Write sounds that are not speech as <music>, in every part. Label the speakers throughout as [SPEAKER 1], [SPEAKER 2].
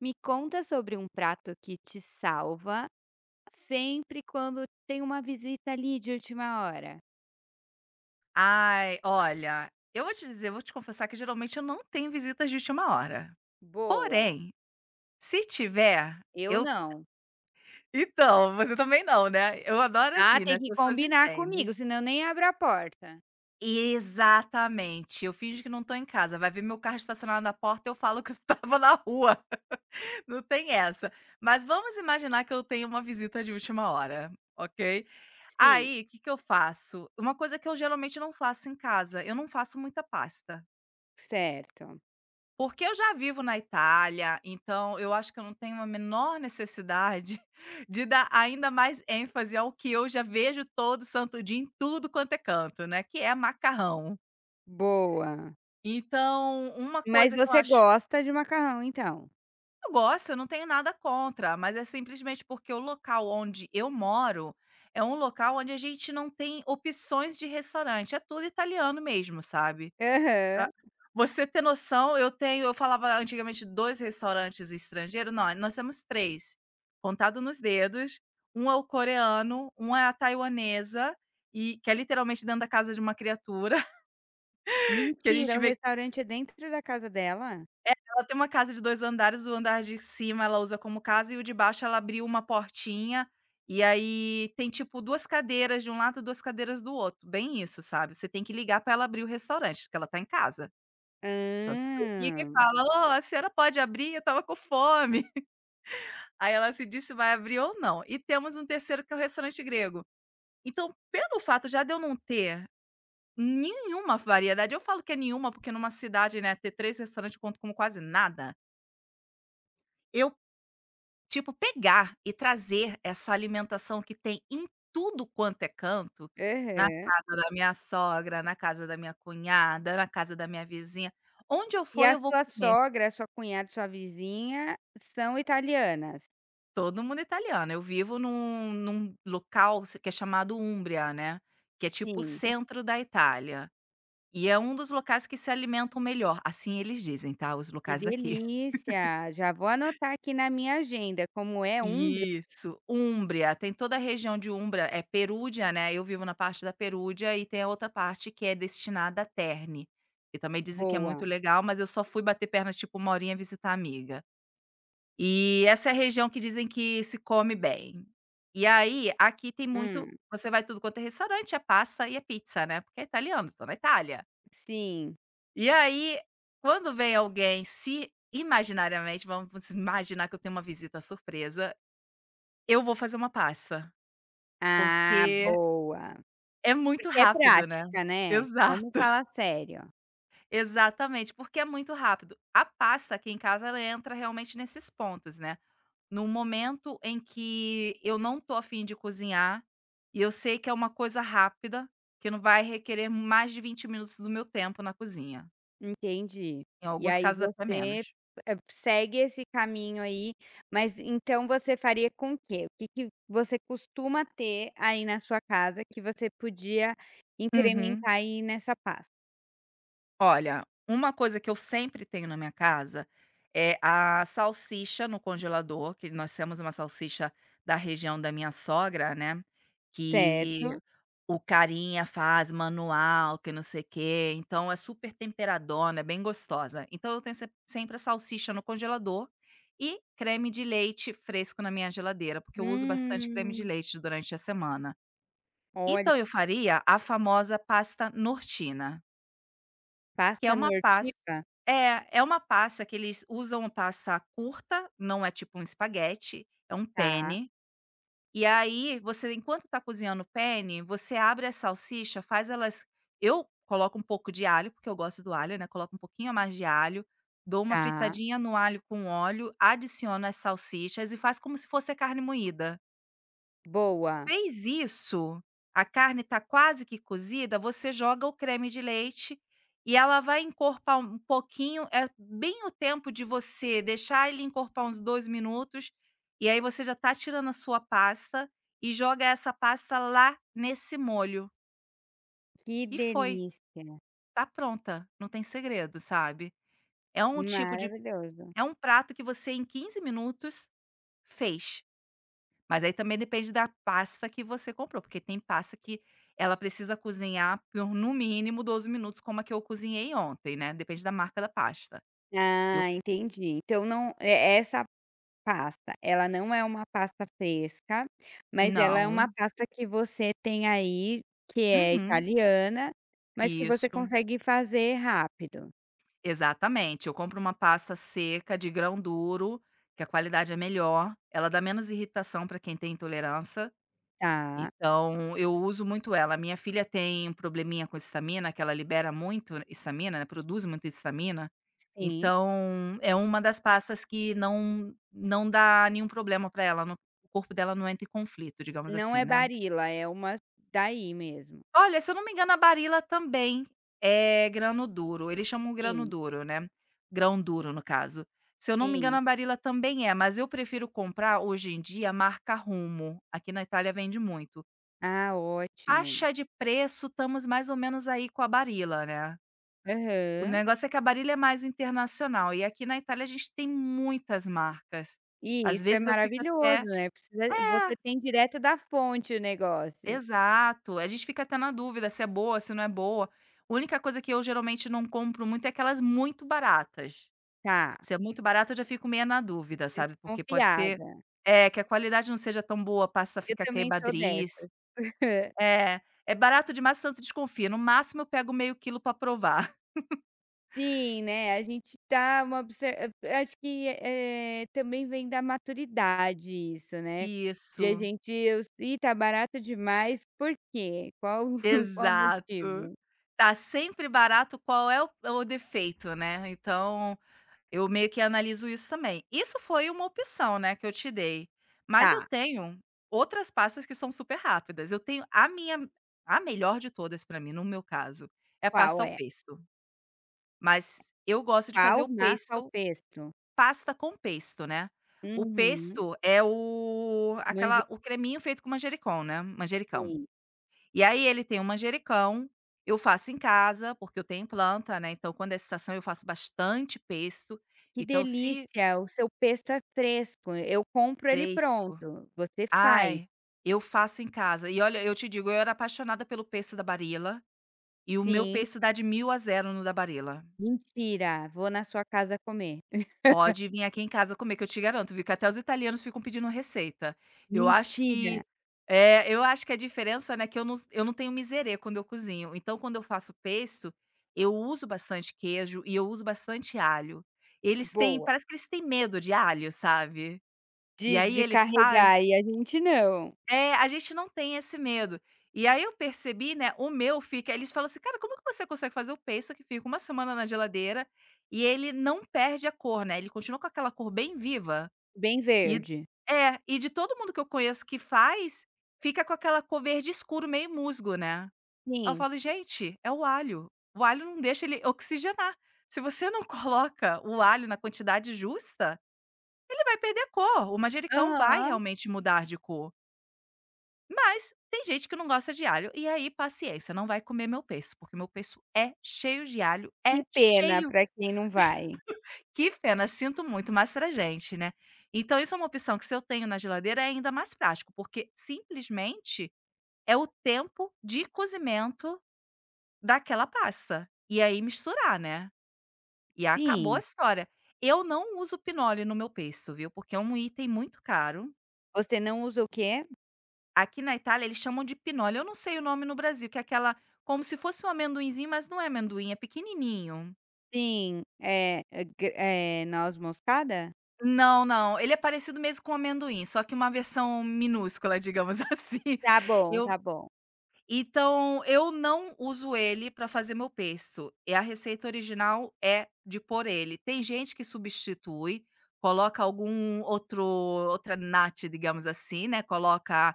[SPEAKER 1] Me conta sobre um prato que te salva sempre quando tem uma visita ali de última hora.
[SPEAKER 2] Ai, olha, eu vou te dizer, vou te confessar que geralmente eu não tenho visitas de última hora.
[SPEAKER 1] Boa,
[SPEAKER 2] Porém, se tiver,
[SPEAKER 1] eu
[SPEAKER 2] eu
[SPEAKER 1] não.
[SPEAKER 2] Então, você também não, né. Eu adoro
[SPEAKER 1] Ah,
[SPEAKER 2] assim, né,
[SPEAKER 1] tem
[SPEAKER 2] as
[SPEAKER 1] que
[SPEAKER 2] pessoas
[SPEAKER 1] combinar comigo,
[SPEAKER 2] entendem.
[SPEAKER 1] senão eu nem abro a porta.
[SPEAKER 2] Exatamente, eu finjo que não tô em casa, vai ver meu carro estacionado na porta, eu falo que eu <laughs> estava na rua. Não tem essa. Mas vamos imaginar que eu tenho uma visita de última hora, ok?
[SPEAKER 1] Sim.
[SPEAKER 2] Aí, o que que eu faço? Uma coisa que eu geralmente não faço em casa, eu não faço muita pasta.
[SPEAKER 1] Certo,
[SPEAKER 2] Porque eu já vivo na Itália, então eu acho que eu não tenho a menor necessidade <laughs> de dar ainda mais ênfase ao que eu já vejo todo santo dia em tudo quanto é canto, né, que é macarrão.
[SPEAKER 1] boa.
[SPEAKER 2] Então, uma
[SPEAKER 1] Mas
[SPEAKER 2] coisa que eu
[SPEAKER 1] você
[SPEAKER 2] acho.
[SPEAKER 1] gosta de macarrão, então?
[SPEAKER 2] Eu gosto, eu não tenho nada contra, mas é simplesmente porque o local onde eu moro é um local onde a gente não tem opções de restaurante, é tudo italiano mesmo, sabe. Pra
[SPEAKER 1] Aham.
[SPEAKER 2] você ter noção, eu falava antigamente 2 restaurantes estrangeiros. Nó nós temos 3, contado nos dedos. Um é o coreano, um é a taiwanesa, e que é literalmente dentro da casa de uma criatura, <laughs> que a gente
[SPEAKER 1] Mentira, o
[SPEAKER 2] vê.
[SPEAKER 1] restaurante é dentro da casa dela?
[SPEAKER 2] É, ela tem uma casa de 2 andares, o andar de cima ela usa como casa e o de baixo ela abriu uma portinha, e aí tem tipo 2 cadeiras de um lado, 2 cadeiras do outro, bem isso, sabe. Você tem que ligar pra ela abrir o restaurante, porque ela tá em casa. Você liga e
[SPEAKER 1] Hã.
[SPEAKER 2] fala: "Ó, a senhora pode abrir? Eu estava com fome". <laughs> Aí ela se diz se vai abrir ou não. E temos um terceiro que é o restaurante grego. Então, pelo fato já de eu não ter nenhuma variedade, eu falo que é nenhuma, porque numa cidade, né, ter 3 restaurantes conta como quase nada. Eu, tipo, pegar e trazer essa alimentação que tem em tudo quanto é canto, na
[SPEAKER 1] Aham.
[SPEAKER 2] casa da minha sogra, na casa da minha cunhada, na casa da minha vizinha, onde eu
[SPEAKER 1] E
[SPEAKER 2] for
[SPEAKER 1] a
[SPEAKER 2] eu vou
[SPEAKER 1] sua
[SPEAKER 2] comer.
[SPEAKER 1] sogra, a sua cunhada, sua vizinha são italianas?
[SPEAKER 2] Todo mundo italiano. Eu vivo num local se que é chamado Umbria, né, que é tipo o
[SPEAKER 1] Sim.
[SPEAKER 2] centro da Itália. E é um dos locais que se alimentam melhor, assim eles dizem, tá, os
[SPEAKER 1] Que
[SPEAKER 2] locais daqui. <laughs>
[SPEAKER 1] delícia! Já vou anotar aqui na minha agenda, como é Umbria,
[SPEAKER 2] Isso, Umbria. Tem toda a região de Umbria, é Perúdia, né, eu vivo na parte da Perúdia e tem a outra parte que é destinada a Terni. E também dizem que é muito
[SPEAKER 1] boa.
[SPEAKER 2] legal, mas eu só fui bater perna, tipo, uma horinha visitar a amiga. E essa é a região que dizem que se come bem. E aí, aqui tem muito,
[SPEAKER 1] Hum,
[SPEAKER 2] você vai tudo quanto é restaurante, é pasta e é pizza, né, porque é italiano, estão na Itália.
[SPEAKER 1] sim.
[SPEAKER 2] E aí, quando vem alguém, se imaginariamente, vamos imaginar que eu tenho uma visita surpresa, eu vou fazer uma pasta,
[SPEAKER 1] Ah,
[SPEAKER 2] porque
[SPEAKER 1] boa.
[SPEAKER 2] é muito
[SPEAKER 1] Porque é
[SPEAKER 2] rápido, né.
[SPEAKER 1] prática, né,
[SPEAKER 2] Exato,
[SPEAKER 1] vamos
[SPEAKER 2] <laughs>
[SPEAKER 1] falar sério.
[SPEAKER 2] exatamente, porque é muito rápido. A pasta aqui em casa ela entra realmente nesses pontos, né. No momento em que eu não tô afim de cozinhar, e eu sei que é uma coisa rápida, que não vai requerer mais de 20 minutos do meu tempo na cozinha,
[SPEAKER 1] Entendi.
[SPEAKER 2] em
[SPEAKER 1] E
[SPEAKER 2] alguns
[SPEAKER 1] aí
[SPEAKER 2] casos até
[SPEAKER 1] você,
[SPEAKER 2] menos.
[SPEAKER 1] segue esse caminho aí, mas então você faria com o quê? O que que você costuma ter aí na sua casa que você podia
[SPEAKER 2] Uhum.
[SPEAKER 1] incrementar aí nessa pasta?
[SPEAKER 2] Olha, uma coisa que eu sempre tenho na minha casa é a salsicha no congelador, que nós temos uma salsicha da região da minha sogra, né. que
[SPEAKER 1] Certo.
[SPEAKER 2] O carinha faz manual, que não sei o quê, então é super temperadona, é bem gostosa. Então eu tenho se sempre a salsicha no congelador e creme de leite fresco na minha geladeira, porque eu uso bastante creme de
[SPEAKER 1] Hum,
[SPEAKER 2] leite durante a semana.
[SPEAKER 1] olha,
[SPEAKER 2] Então eu faria a famosa pasta nortina, que é
[SPEAKER 1] pasta
[SPEAKER 2] uma pasta,
[SPEAKER 1] nortiva?
[SPEAKER 2] é uma pasta que eles usam, uma pasta curta, não é tipo um espaguete, é um
[SPEAKER 1] Tá,
[SPEAKER 2] penne. E aí, você enquanto tá cozinhando o penne, você abre a salsicha, faz elas eu coloco um pouco de alho, porque eu gosto do alho, né, coloco um pouquinho a mais de alho, dou uma
[SPEAKER 1] tá.
[SPEAKER 2] fritadinha no alho com óleo, adiciono as salsichas e faz como se fosse a carne moída.
[SPEAKER 1] Boa.
[SPEAKER 2] Fez isso, a carne está quase que cozida, você joga o creme de leite e ela vai encorpar um pouquinho, é bem o tempo de você deixar ele encorpar uns 2 minutos, e aí você já está tirando a sua pasta e joga essa pasta lá nesse molho.
[SPEAKER 1] Que
[SPEAKER 2] E foi,
[SPEAKER 1] delícia.
[SPEAKER 2] tá pronta, não tem segredo, sabe. É um tipo de
[SPEAKER 1] Maravilhoso.
[SPEAKER 2] É um prato que você em 15 minutos fez. Mas aí também depende da pasta que você comprou, porque tem pasta que ela precisa cozinhar por no mínimo 12 minutos, como a que eu cozinhei ontem, né, depende da marca da pasta. Eu
[SPEAKER 1] Ah, entendi. Então não é essa pasta, ela não é uma pasta fresca, mas ela é uma
[SPEAKER 2] não
[SPEAKER 1] pasta que você tem aí, que é
[SPEAKER 2] Uhum.
[SPEAKER 1] italiana, mas que você
[SPEAKER 2] Isso,
[SPEAKER 1] consegue fazer rápido.
[SPEAKER 2] exatamente. Eu compro uma pasta seca de grão duro, que a qualidade é melhor, ela dá menos irritação para quem tem intolerância.
[SPEAKER 1] Tá,
[SPEAKER 2] Então, eu uso muito ela. Minha filha tem um probleminha com histamina, que ela libera muito histamina, né, produz muita histamina.
[SPEAKER 1] sim.
[SPEAKER 2] Então, é uma das pastas que não dá nenhum problema para ela, não, o corpo dela não entra em conflito, digamos
[SPEAKER 1] Não
[SPEAKER 2] assim,
[SPEAKER 1] é
[SPEAKER 2] né.
[SPEAKER 1] Barilla, é uma daí mesmo.
[SPEAKER 2] Olha, se eu não me engano a Barilla também é grano duro, eles chamam grano
[SPEAKER 1] Sim,
[SPEAKER 2] duro, né, grão duro no caso. Se eu não me engano
[SPEAKER 1] sim.
[SPEAKER 2] a Barilla também é, mas eu prefiro comprar hoje em dia a marca Rumo, aqui na Itália vende muito.
[SPEAKER 1] Ah, ótimo.
[SPEAKER 2] Faixa de preço, estamos mais ou menos aí com a Barilla, né. O
[SPEAKER 1] Aham.
[SPEAKER 2] negócio é que a Barilla é mais internacional e aqui na Itália a gente tem muitas marcas.
[SPEAKER 1] E
[SPEAKER 2] Às
[SPEAKER 1] isso é
[SPEAKER 2] vezes eu fico até
[SPEAKER 1] maravilhoso, né, precisa
[SPEAKER 2] é,
[SPEAKER 1] você tem direto da fonte o negócio.
[SPEAKER 2] exato, a gente fica até na dúvida se é boa, se não é boa. A única coisa que eu geralmente não compro muito é aquelas muito baratas.
[SPEAKER 1] Tá,
[SPEAKER 2] Se é muito barato eu já fico meio na dúvida, sabe, porque pode ser,
[SPEAKER 1] desconfiada.
[SPEAKER 2] é, que a qualidade não seja tão boa, passa a
[SPEAKER 1] Eu
[SPEAKER 2] ficar
[SPEAKER 1] também sou dessa.
[SPEAKER 2] queibadiz.
[SPEAKER 1] <laughs>
[SPEAKER 2] É, é barato demais, tanto desconfia. No máximo eu pego meio quilo para provar.
[SPEAKER 1] Sim, né, a gente tá uma acho que, também vem da maturidade isso, né, de a
[SPEAKER 2] Isso,
[SPEAKER 1] gente eu "Ih, tá barato demais, por quê? Qual <laughs> qual o
[SPEAKER 2] exato.
[SPEAKER 1] motivo?"
[SPEAKER 2] Tá sempre barato, qual é o defeito, né, então eu meio que analiso isso também. Isso foi uma opção, né, que eu te dei, mas eu
[SPEAKER 1] Tá,
[SPEAKER 2] tenho outras pastas que são super rápidas. Eu tenho a minha, a melhor de todas pra mim, no meu caso, é a pasta
[SPEAKER 1] qual
[SPEAKER 2] ao
[SPEAKER 1] é?
[SPEAKER 2] pesto, mas eu gosto de
[SPEAKER 1] Qual
[SPEAKER 2] fazer o
[SPEAKER 1] massa ao
[SPEAKER 2] pesto,
[SPEAKER 1] pesto?
[SPEAKER 2] pasta com pesto, né. O
[SPEAKER 1] Uhum,
[SPEAKER 2] pesto é o,
[SPEAKER 1] manjericão.
[SPEAKER 2] aquela, o creminho feito com manjericão, né, manjericão. E aí ele tem um manjericão, eu faço em casa, porque eu tenho planta, né, então quando é estação eu faço bastante pesto,
[SPEAKER 1] Que
[SPEAKER 2] então se
[SPEAKER 1] delícia, o seu pesto é fresco, eu compro ele
[SPEAKER 2] fresco
[SPEAKER 1] pronto, você faz.
[SPEAKER 2] ai, eu faço em casa. E olha, eu te digo, eu era apaixonada pelo pesto da Barilla, e o meu
[SPEAKER 1] Sim,
[SPEAKER 2] pesto dá de 1000 a zero no da Barilla.
[SPEAKER 1] mentira, vou na sua casa comer.
[SPEAKER 2] Pode vir aqui em casa comer, que eu te garanto, viu, que até os italianos ficam pedindo receita. Eu acho
[SPEAKER 1] Mentira,
[SPEAKER 2] que, eu acho que a diferença, né, que eu não tenho miserê quando eu cozinho, então quando eu faço pesto, eu uso bastante queijo e eu uso bastante alho. Eles têm,
[SPEAKER 1] boa.
[SPEAKER 2] parece que eles têm medo de alho, sabe. E
[SPEAKER 1] De
[SPEAKER 2] aí
[SPEAKER 1] de
[SPEAKER 2] eles faz
[SPEAKER 1] carregar e a gente não.
[SPEAKER 2] a gente não tem esse medo. E aí eu percebi, né, o meu fica, eles falam assim: "Cara, como que você consegue fazer o peixe que fica uma semana na geladeira e ele não perde a cor, né, ele continua com aquela cor bem viva?"
[SPEAKER 1] Bem
[SPEAKER 2] E
[SPEAKER 1] verde.
[SPEAKER 2] e de todo mundo que eu conheço que faz, fica com aquela cor verde escuro, meio musgo, né. Aí eu
[SPEAKER 1] Sim,
[SPEAKER 2] falo: "Gente, é o alho não deixa ele oxigenar. Se você não <laughs> coloca o alho na quantidade justa, ele vai perder a cor, o manjericão vai
[SPEAKER 1] aham.
[SPEAKER 2] realmente mudar de cor." Mas tem gente que não gosta de alho, e aí paciência, não vai comer meu peixe, porque meu peixe é cheio de alho,
[SPEAKER 1] Que
[SPEAKER 2] é
[SPEAKER 1] pena
[SPEAKER 2] cheio.
[SPEAKER 1] para quem não vai.
[SPEAKER 2] Que pena, sinto muito, mas pra gente, né. Então isso é uma opção que, se eu tenho na geladeira, é ainda mais prático, porque simplesmente é o tempo de cozimento daquela pasta. E aí misturar, né. E acabou a
[SPEAKER 1] Sim,
[SPEAKER 2] história. Eu não uso pinole no meu peixe, viu, porque é um item muito caro.
[SPEAKER 1] você não usa o quê?
[SPEAKER 2] Aqui na Itália eles chamam de pinole, eu não sei o nome no Brasil, que é aquela, como se fosse um amendoinzinho, mas não é amendoim, é pequenininho.
[SPEAKER 1] Sim, é é, noz moscada?
[SPEAKER 2] Não, não, ele é parecido mesmo com amendoim, só que uma versão minúscula, digamos <laughs> assim.
[SPEAKER 1] Tá bom,
[SPEAKER 2] Eu
[SPEAKER 1] tá bom.
[SPEAKER 2] Então, eu não uso ele para fazer meu pesto, e a receita original é de pôr ele. Tem gente que substitui, coloca algum outro outra nata, digamos assim, né, coloca,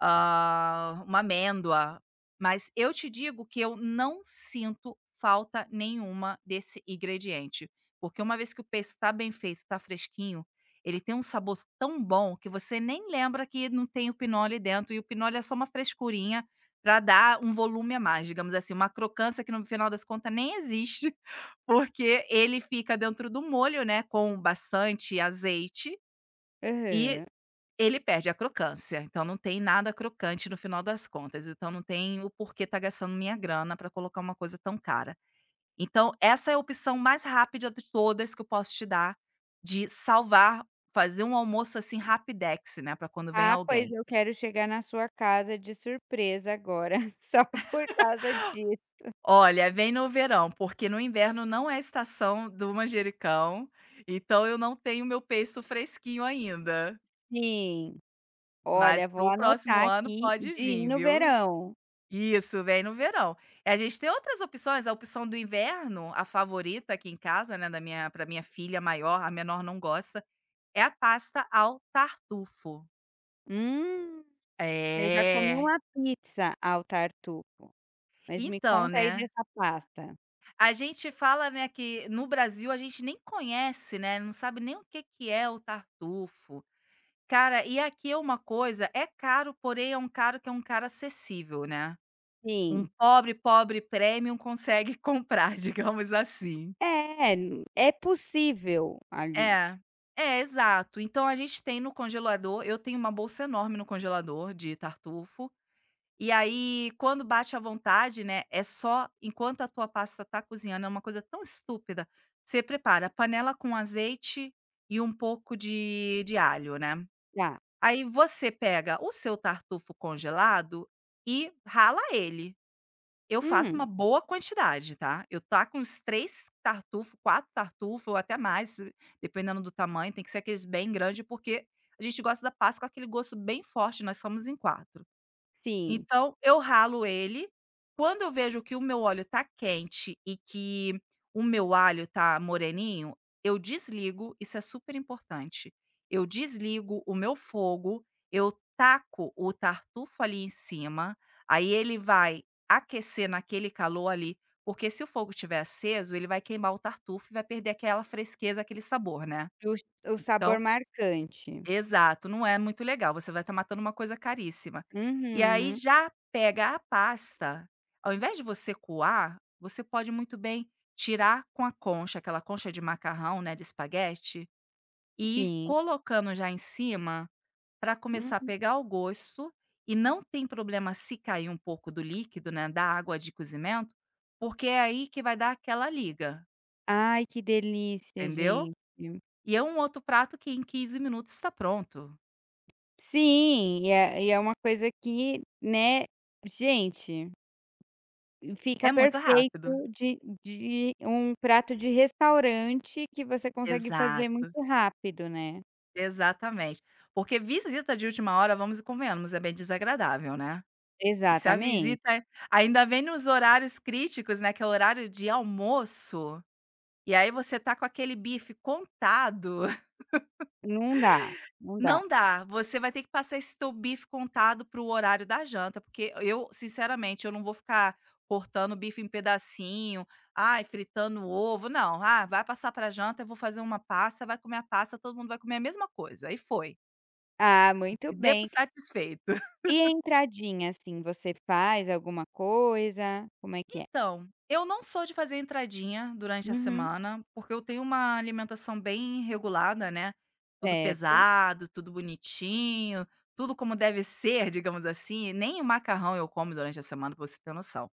[SPEAKER 2] ah, uma amêndoa, mas eu te digo que eu não sinto falta nenhuma desse ingrediente, porque uma vez que o pesto está bem feito, está fresquinho, ele tem um sabor tão bom que você nem lembra que não tem o pinole dentro, e o pinole é só uma frescurinha para dar um volume a mais, digamos assim, uma crocância que no final das contas nem existe, <laughs> porque ele fica dentro do molho, né, com bastante azeite e
[SPEAKER 1] Aham.
[SPEAKER 2] ele perde a crocância, então não tem nada crocante no final das contas, então não tem o porquê tá gastando minha grana para colocar uma coisa tão cara. Então essa é a opção mais rápida de todas que eu posso te dar, de salvar, fazer um almoço, assim, rapidex, né, para quando vem
[SPEAKER 1] Ah, pois
[SPEAKER 2] alguém.
[SPEAKER 1] eu quero chegar na sua casa de surpresa agora, <laughs> só por causa disso.
[SPEAKER 2] Olha, vem no verão, porque no inverno não é estação do manjericão, então eu não tenho meu peixe fresquinho ainda,
[SPEAKER 1] Sim, olha,
[SPEAKER 2] mas
[SPEAKER 1] vou
[SPEAKER 2] pro próximo
[SPEAKER 1] anotar
[SPEAKER 2] ano
[SPEAKER 1] aqui
[SPEAKER 2] pode
[SPEAKER 1] de ir
[SPEAKER 2] vir,
[SPEAKER 1] no
[SPEAKER 2] viu.
[SPEAKER 1] verão.
[SPEAKER 2] Isso, vem no verão. E a gente tem outras opções, a opção do inverno, a favorita aqui em casa, né, da minha para minha filha maior, a menor não gosta, é a pasta ao tartufo.
[SPEAKER 1] Hum, eu já comi
[SPEAKER 2] É,
[SPEAKER 1] uma pizza ao tartufo, mas me
[SPEAKER 2] então,
[SPEAKER 1] conta aí
[SPEAKER 2] né.
[SPEAKER 1] dessa pasta.
[SPEAKER 2] A gente fala, né, que no Brasil a gente nem conhece, né, não sabe nem o que que é o tartufo. Cara, e aqui é uma coisa, é caro, porém é um caro que é um cara acessível, né. Um
[SPEAKER 1] Sim,
[SPEAKER 2] pobre, pobre premium consegue <laughs> comprar, digamos assim.
[SPEAKER 1] é, é possível ali.
[SPEAKER 2] É. É, exato. Então a gente tem no congelador, eu tenho uma bolsa enorme no congelador de tartufo. E aí, quando bate à vontade, né, é só enquanto a tua pasta tá cozinhando, é uma coisa tão estúpida. Você prepara panela com azeite e um pouco de alho, né.
[SPEAKER 1] Tá.
[SPEAKER 2] Aí você pega o seu tartufo congelado e rala ele. Eu faço uma
[SPEAKER 1] Hum,
[SPEAKER 2] boa quantidade, tá. Eu taco uns 3 tartufo, 4 tartufo ou até mais, dependendo do tamanho, tem que ser aqueles bem grandes porque a gente gosta da pasta com aquele gosto bem forte, nós somos em 4.
[SPEAKER 1] sim,
[SPEAKER 2] Então eu ralo ele, quando eu vejo que o meu óleo tá quente e que o meu alho tá moreninho, eu desligo, isso é super importante, eu desligo o meu fogo, eu taco o tartufo ali em cima, aí ele vai aquecer naquele calor ali, porque se o fogo estiver aceso, ele vai queimar o tartufo e vai perder aquela fresqueza, aquele sabor, né.
[SPEAKER 1] o
[SPEAKER 2] Então,
[SPEAKER 1] sabor marcante.
[SPEAKER 2] exato, não é muito legal, você vai estar matando uma coisa caríssima. E aí
[SPEAKER 1] Uhum,
[SPEAKER 2] já pega a pasta, ao invés de você coar, você pode muito bem tirar com a concha, aquela concha de macarrão, né, de espaguete, e ir
[SPEAKER 1] sim.
[SPEAKER 2] colocando já em cima para começar a
[SPEAKER 1] Hum.
[SPEAKER 2] pegar o gosto, e não tem problema se cair um pouco do líquido, né, da água de cozimento, porque é aí que vai dar aquela liga,
[SPEAKER 1] Ai, que delícia,
[SPEAKER 2] entendeu?
[SPEAKER 1] gente.
[SPEAKER 2] E é um outro prato que em 15 minutos está pronto.
[SPEAKER 1] Sim, e é uma coisa que, né, gente, fica
[SPEAKER 2] É muito rápido.
[SPEAKER 1] perfeito de um prato de restaurante que você consegue fazer
[SPEAKER 2] Exato,
[SPEAKER 1] muito rápido, né.
[SPEAKER 2] exatamente. Porque visita de última hora, vamos e convenhamos, é bem desagradável, né. E se a
[SPEAKER 1] Exatamente,
[SPEAKER 2] visita é, ainda vem nos horários críticos, né, que é o horário de almoço, e aí você tá com aquele bife contado, <laughs>
[SPEAKER 1] não dá, não dá.
[SPEAKER 2] não dá, você vai ter que passar esse teu bife contado para o horário da janta, porque eu, sinceramente, eu não vou ficar cortando o bife em pedacinho, ai, fritando o ovo, não. Ah, vai passar pra janta, eu vou fazer uma pasta, vai comer a pasta, todo mundo vai comer a mesma coisa, e foi.
[SPEAKER 1] Ah, muito
[SPEAKER 2] E dê por
[SPEAKER 1] bem.
[SPEAKER 2] satisfeito. <laughs>
[SPEAKER 1] E a entradinha, assim, você faz alguma coisa? Como é que é?
[SPEAKER 2] Então, eu não sou de fazer entradinha durante a
[SPEAKER 1] Uhum,
[SPEAKER 2] semana, porque eu tenho uma alimentação bem regulada, né, tudo
[SPEAKER 1] certo.
[SPEAKER 2] pesado, tudo bonitinho, tudo como deve ser, <laughs> digamos assim, nem o macarrão eu como durante a semana, pra você ter noção.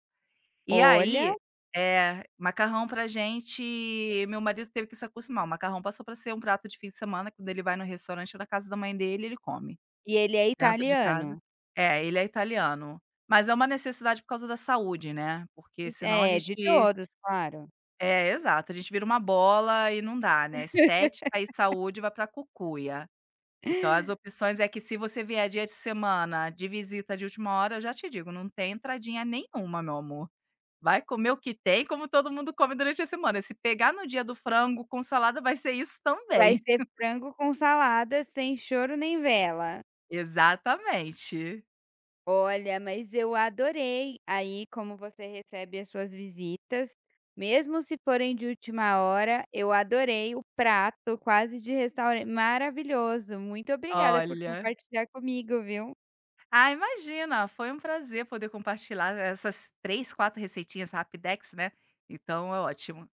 [SPEAKER 2] E
[SPEAKER 1] Olha,
[SPEAKER 2] aí é, macarrão pra gente, meu marido teve que se acostumar, o macarrão passou pra ser um prato de fim de semana, quando ele vai no restaurante ou na casa da mãe dele, ele come.
[SPEAKER 1] e ele é
[SPEAKER 2] Dentro de
[SPEAKER 1] italiano?
[SPEAKER 2] casa. É, ele é italiano. Mas é uma necessidade por causa da saúde, né, porque senão a
[SPEAKER 1] É, de
[SPEAKER 2] gente
[SPEAKER 1] todos, claro.
[SPEAKER 2] é, exato, a gente vira uma bola e não dá, né, estética e saúde vai pra cucuia. Então as opções é que se você vier dia de semana de visita de última hora, eu já te digo, não tem entradinha nenhuma, meu amor. Vai comer o que tem, como todo mundo come durante a semana. Se pegar no dia do frango com salada, vai ser isso
[SPEAKER 1] Vai
[SPEAKER 2] também.
[SPEAKER 1] ser frango com salada, sem choro nem vela.
[SPEAKER 2] Exatamente.
[SPEAKER 1] Olha, mas eu adorei. Aí, como você recebe as suas visitas, mesmo se forem de última hora, eu adorei o prato, quase de restaurante. Maravilhoso. Muito obrigada por
[SPEAKER 2] Olha.
[SPEAKER 1] compartilhar comigo, viu?
[SPEAKER 2] Ah, imagina, foi um prazer poder compartilhar essas 3, 4 receitinhas Rapidex, né, então é ótimo.